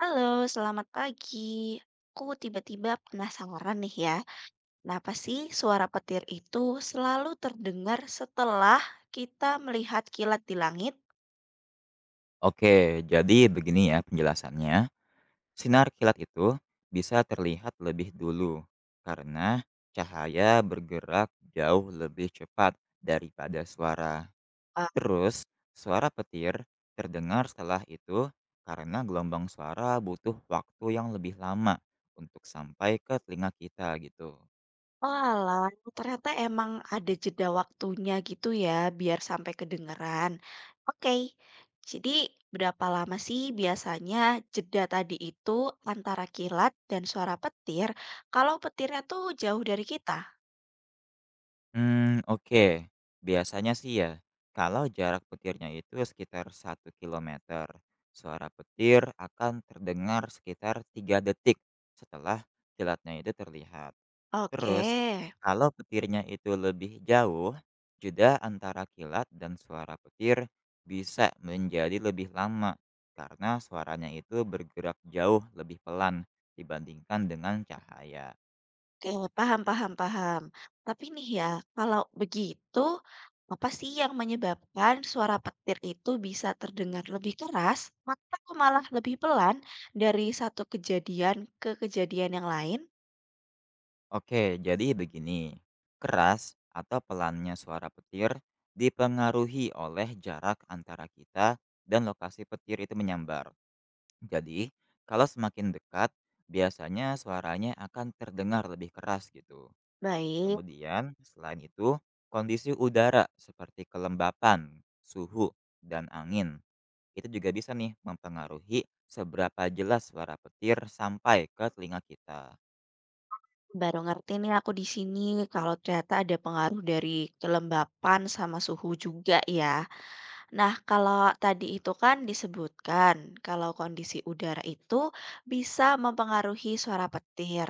Halo, selamat pagi. Aku tiba-tiba penasaran nih ya, kenapa sih suara petir itu selalu terdengar setelah kita melihat kilat di langit? Oke, jadi begini ya penjelasannya. Sinar kilat itu bisa terlihat lebih dulu karena cahaya bergerak jauh lebih cepat daripada suara. Eh, Terus, suara petir terdengar setelah itu karena gelombang suara butuh waktu yang lebih lama untuk sampai ke telinga kita gitu. Walah, ternyata emang ada jeda waktunya gitu ya, biar sampai kedengeran. Oke, jadi berapa lama sih biasanya jeda tadi itu antara kilat dan suara petir kalau petirnya tuh jauh dari kita? Hmm, oke. Biasanya sih ya, kalau jarak petirnya itu sekitar 1 kilometer, suara petir akan terdengar sekitar 3 detik setelah kilatnya itu terlihat. Oke. Terus, kalau petirnya itu lebih jauh, jeda antara kilat dan suara petir bisa menjadi lebih lama karena suaranya itu bergerak jauh lebih pelan dibandingkan dengan cahaya. Oke, paham paham paham. Tapi nih ya, kalau begitu, apa sih yang menyebabkan suara petir itu bisa terdengar lebih keras atau malah lebih pelan dari satu kejadian ke kejadian yang lain? Oke, jadi begini. Keras atau pelannya suara petir dipengaruhi oleh jarak antara kita dan lokasi petir itu menyambar. Jadi, kalau semakin dekat, biasanya suaranya akan terdengar lebih keras gitu. Baik, Kemudian, selain itu, kondisi udara seperti kelembapan, suhu, dan angin itu juga bisa nih mempengaruhi seberapa jelas suara petir sampai ke telinga kita. baru ngerti nih aku di sini kalau ternyata ada pengaruh dari kelembapan sama suhu juga ya. Nah, kalau tadi itu kan disebutkan, kalau kondisi udara itu bisa mempengaruhi suara petir.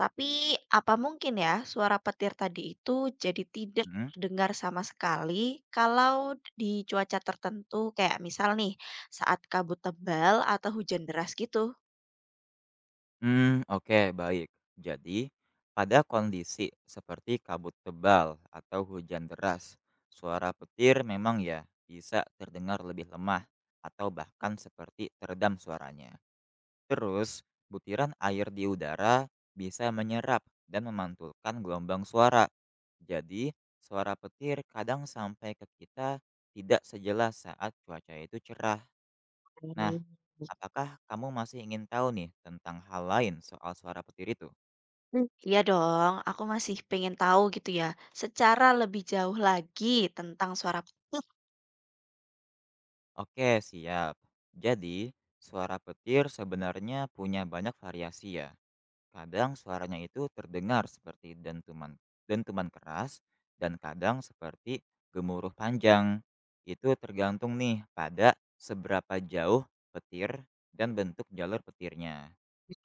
Tapi apa mungkin ya suara petir tadi itu jadi tidak Hmm. terdengar sama sekali kalau di cuaca tertentu kayak misal nih saat kabut tebal atau hujan deras gitu? Hmm, oke, baik. Jadi, pada kondisi seperti kabut tebal atau hujan deras, suara petir memang ya bisa terdengar lebih lemah atau bahkan seperti teredam suaranya. Terus, butiran air di udara bisa menyerap dan memantulkan gelombang suara. Jadi, suara petir kadang sampai ke kita tidak sejelas saat cuaca itu cerah. Nah, Hmm. apakah kamu masih ingin tahu nih tentang hal lain soal suara petir itu? Iya dong, aku masih pengen tahu gitu ya, secara lebih jauh lagi tentang suara petir. Oke, siap. Jadi, suara petir sebenarnya punya banyak variasi ya. Kadang suaranya itu terdengar seperti dentuman, dentuman keras dan kadang seperti gemuruh panjang. Itu tergantung nih pada seberapa jauh petir dan bentuk jalur petirnya.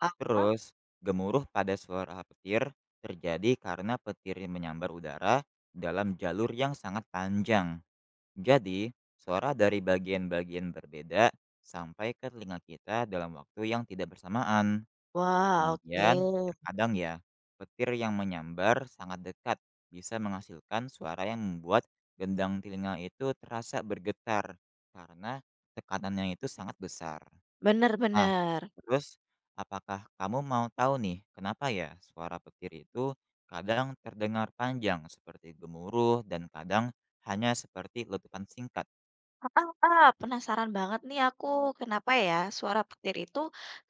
Ah, Terus, gemuruh pada suara petir terjadi karena petir menyambar udara dalam jalur yang sangat panjang, jadi suara dari bagian-bagian berbeda sampai ke telinga kita dalam waktu yang tidak bersamaan. wah, oke. Kemudian, terkadang ya, petir yang menyambar sangat dekat bisa menghasilkan suara yang membuat gendang telinga itu terasa bergetar karena tekanannya itu sangat besar. Nah, Bener-bener. terus apakah kamu mau tahu nih kenapa ya suara petir itu kadang terdengar panjang seperti gemuruh dan kadang hanya seperti letupan singkat? Ah, heeh, penasaran banget nih aku, kenapa ya suara petir itu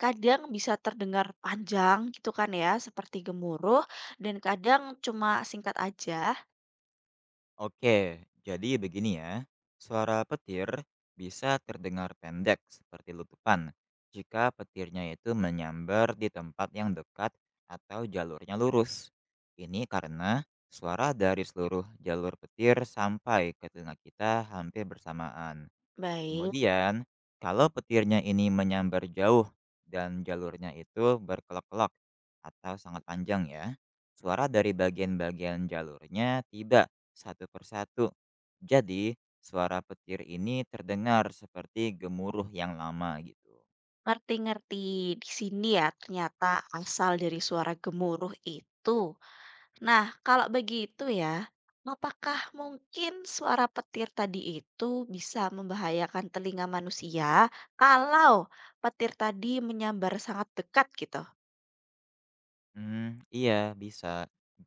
kadang bisa terdengar panjang gitu kan ya, seperti gemuruh, dan kadang cuma singkat aja. Oke, jadi begini ya. Suara petir bisa terdengar pendek seperti letupan jika petirnya itu menyambar di tempat yang dekat atau jalurnya lurus. Ini karena suara dari seluruh jalur petir sampai ke telinga kita hampir bersamaan. Baik, Kemudian, kalau petirnya ini menyambar jauh dan jalurnya itu berkelok-kelok atau sangat panjang ya, suara dari bagian-bagian jalurnya tiba satu persatu. Jadi, suara petir ini terdengar seperti gemuruh yang lama gitu. ngerti-ngerti di sini ya ternyata asal dari suara gemuruh itu. Nah, kalau begitu ya, apakah mungkin suara petir tadi itu bisa membahayakan telinga manusia kalau petir tadi menyambar sangat dekat gitu? Hmm, iya bisa.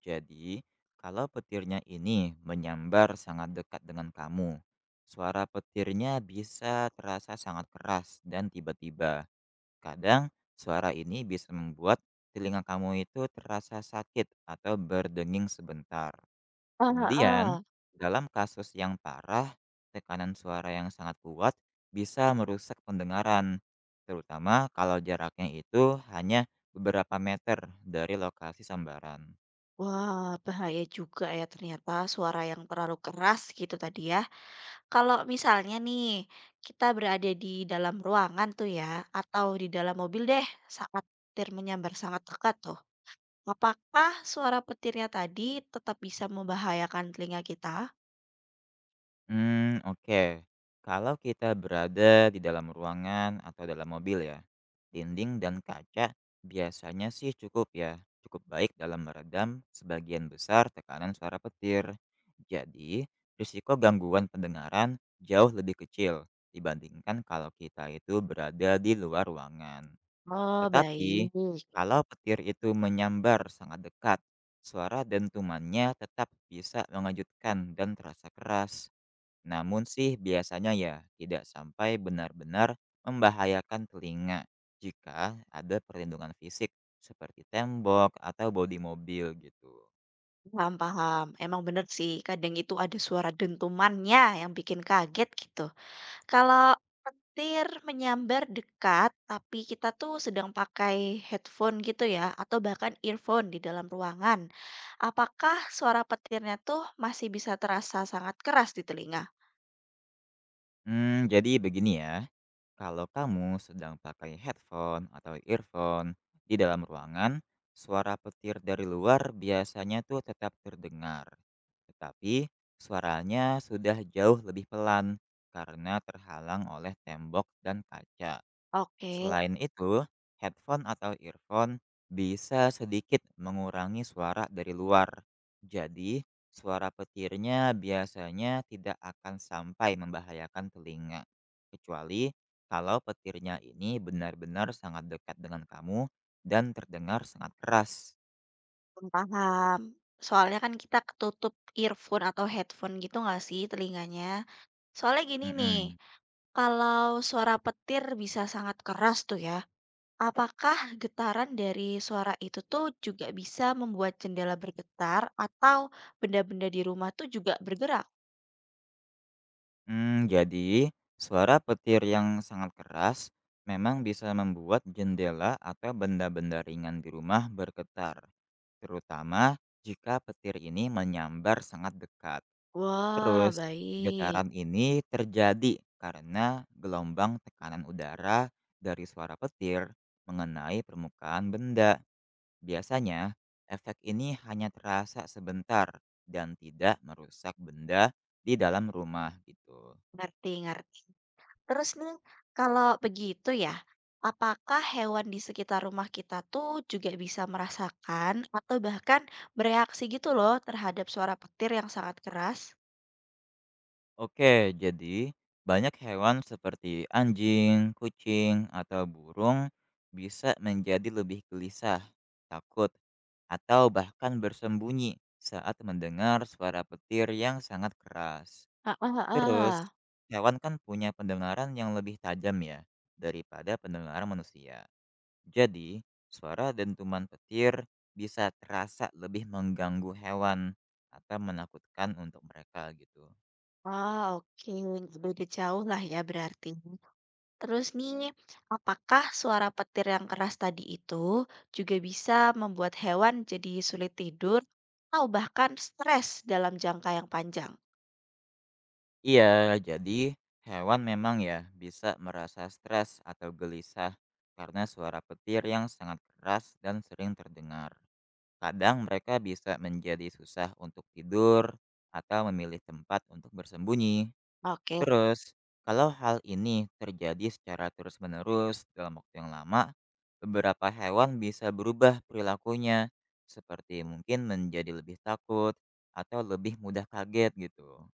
Jadi, kalau petirnya ini menyambar sangat dekat dengan kamu, suara petirnya bisa terasa sangat keras dan tiba-tiba. Kadang, suara ini bisa membuat telinga kamu itu terasa sakit atau berdenging sebentar. Ah. Kemudian, Heeh. dalam kasus yang parah, tekanan suara yang sangat kuat bisa merusak pendengaran, terutama kalau jaraknya itu hanya beberapa meter dari lokasi sambaran. Wah, bahaya juga ya ternyata suara yang terlalu keras gitu tadi ya. Kalau misalnya nih kita berada di dalam ruangan tuh ya atau di dalam mobil deh saat petir menyambar sangat dekat tuh. Apakah suara petirnya tadi tetap bisa membahayakan telinga kita? Hmm, oke. Kalau kita berada di dalam ruangan atau dalam mobil ya, dinding dan kaca biasanya sih cukup ya, cukup baik dalam meredam sebagian besar tekanan suara petir. Jadi, risiko gangguan pendengaran jauh lebih kecil dibandingkan kalau kita itu berada di luar ruangan. Oh, Tetapi, baik. kalau petir itu menyambar sangat dekat, suara dentumannya tetap bisa mengejutkan dan terasa keras. Namun sih biasanya ya tidak sampai benar-benar membahayakan telinga jika ada perlindungan fisik seperti tembok atau bodi mobil gitu. Paham, paham. Emang bener sih, kadang itu ada suara dentumannya yang bikin kaget gitu. Kalau petir menyambar dekat, tapi kita tuh sedang pakai headphone gitu ya, atau bahkan earphone di dalam ruangan, apakah suara petirnya tuh masih bisa terasa sangat keras di telinga? Jadi begini ya, kalau kamu sedang pakai headphone atau earphone di dalam ruangan, suara petir dari luar biasanya tuh tetap terdengar. Tetapi suaranya sudah jauh lebih pelan karena terhalang oleh tembok dan kaca. Oke, Selain itu, headphone atau earphone bisa sedikit mengurangi suara dari luar. Jadi, suara petirnya biasanya tidak akan sampai membahayakan telinga. Kecuali kalau petirnya ini benar-benar sangat dekat dengan kamu dan terdengar sangat keras. paham. Soalnya kan kita ketutup earphone atau headphone gitu nggak sih telinganya? Soalnya gini nih, Mhm. kalau suara petir bisa sangat keras tuh ya, apakah getaran dari suara itu tuh juga bisa membuat jendela bergetar atau benda-benda di rumah tuh juga bergerak? Jadi, suara petir yang sangat keras memang bisa membuat jendela atau benda-benda ringan di rumah bergetar, terutama jika petir ini menyambar sangat dekat. Wah, Terus, baik. getaran ini terjadi karena gelombang tekanan udara dari suara petir mengenai permukaan benda. Biasanya, efek ini hanya terasa sebentar dan tidak merusak benda di dalam rumah, gitu. Ngerti, ngerti. Terus nih, kalau begitu ya, apakah hewan di sekitar rumah kita tuh juga bisa merasakan atau bahkan bereaksi gitu loh terhadap suara petir yang sangat keras? Oke, jadi banyak hewan seperti anjing, kucing, atau burung bisa menjadi lebih gelisah, takut, atau bahkan bersembunyi saat mendengar suara petir yang sangat keras. Ah, ah, ah, Terus, ah. hewan kan punya pendengaran yang lebih tajam ya daripada pendengaran manusia. Jadi, suara dentuman petir bisa terasa lebih mengganggu hewan atau menakutkan untuk mereka gitu. Ah, oke. Beda jauh lah ya berarti. Terus nih, apakah suara petir yang keras tadi itu juga bisa membuat hewan jadi sulit tidur atau bahkan stres dalam jangka yang panjang? Iya, jadi hewan memang ya bisa merasa stres atau gelisah karena suara petir yang sangat keras dan sering terdengar. Kadang mereka bisa menjadi susah untuk tidur atau memilih tempat untuk bersembunyi. Oke. Terus, kalau hal ini terjadi secara terus-menerus dalam waktu yang lama, beberapa hewan bisa berubah perilakunya, seperti mungkin menjadi lebih takut atau lebih mudah kaget gitu.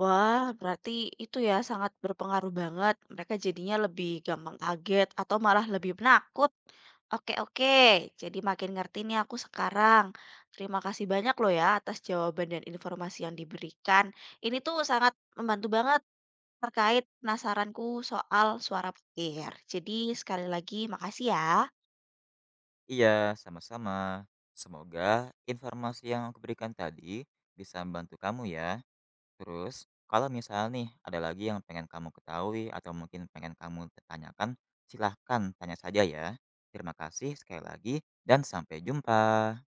Wah, berarti itu ya sangat berpengaruh banget. Mereka jadinya lebih gampang kaget atau malah lebih penakut. Oke, oke. Jadi makin ngerti nih aku sekarang. Terima kasih banyak loh ya atas jawaban dan informasi yang diberikan. Ini tuh sangat membantu banget terkait penasaranku soal suara petir. Jadi sekali lagi makasih ya. Iya, sama-sama. Semoga informasi yang aku berikan tadi bisa membantu kamu ya. Terus, kalau misalnya nih ada lagi yang pengen kamu ketahui atau mungkin pengen kamu tanyakan, silahkan tanya saja ya. Terima kasih sekali lagi dan sampai jumpa.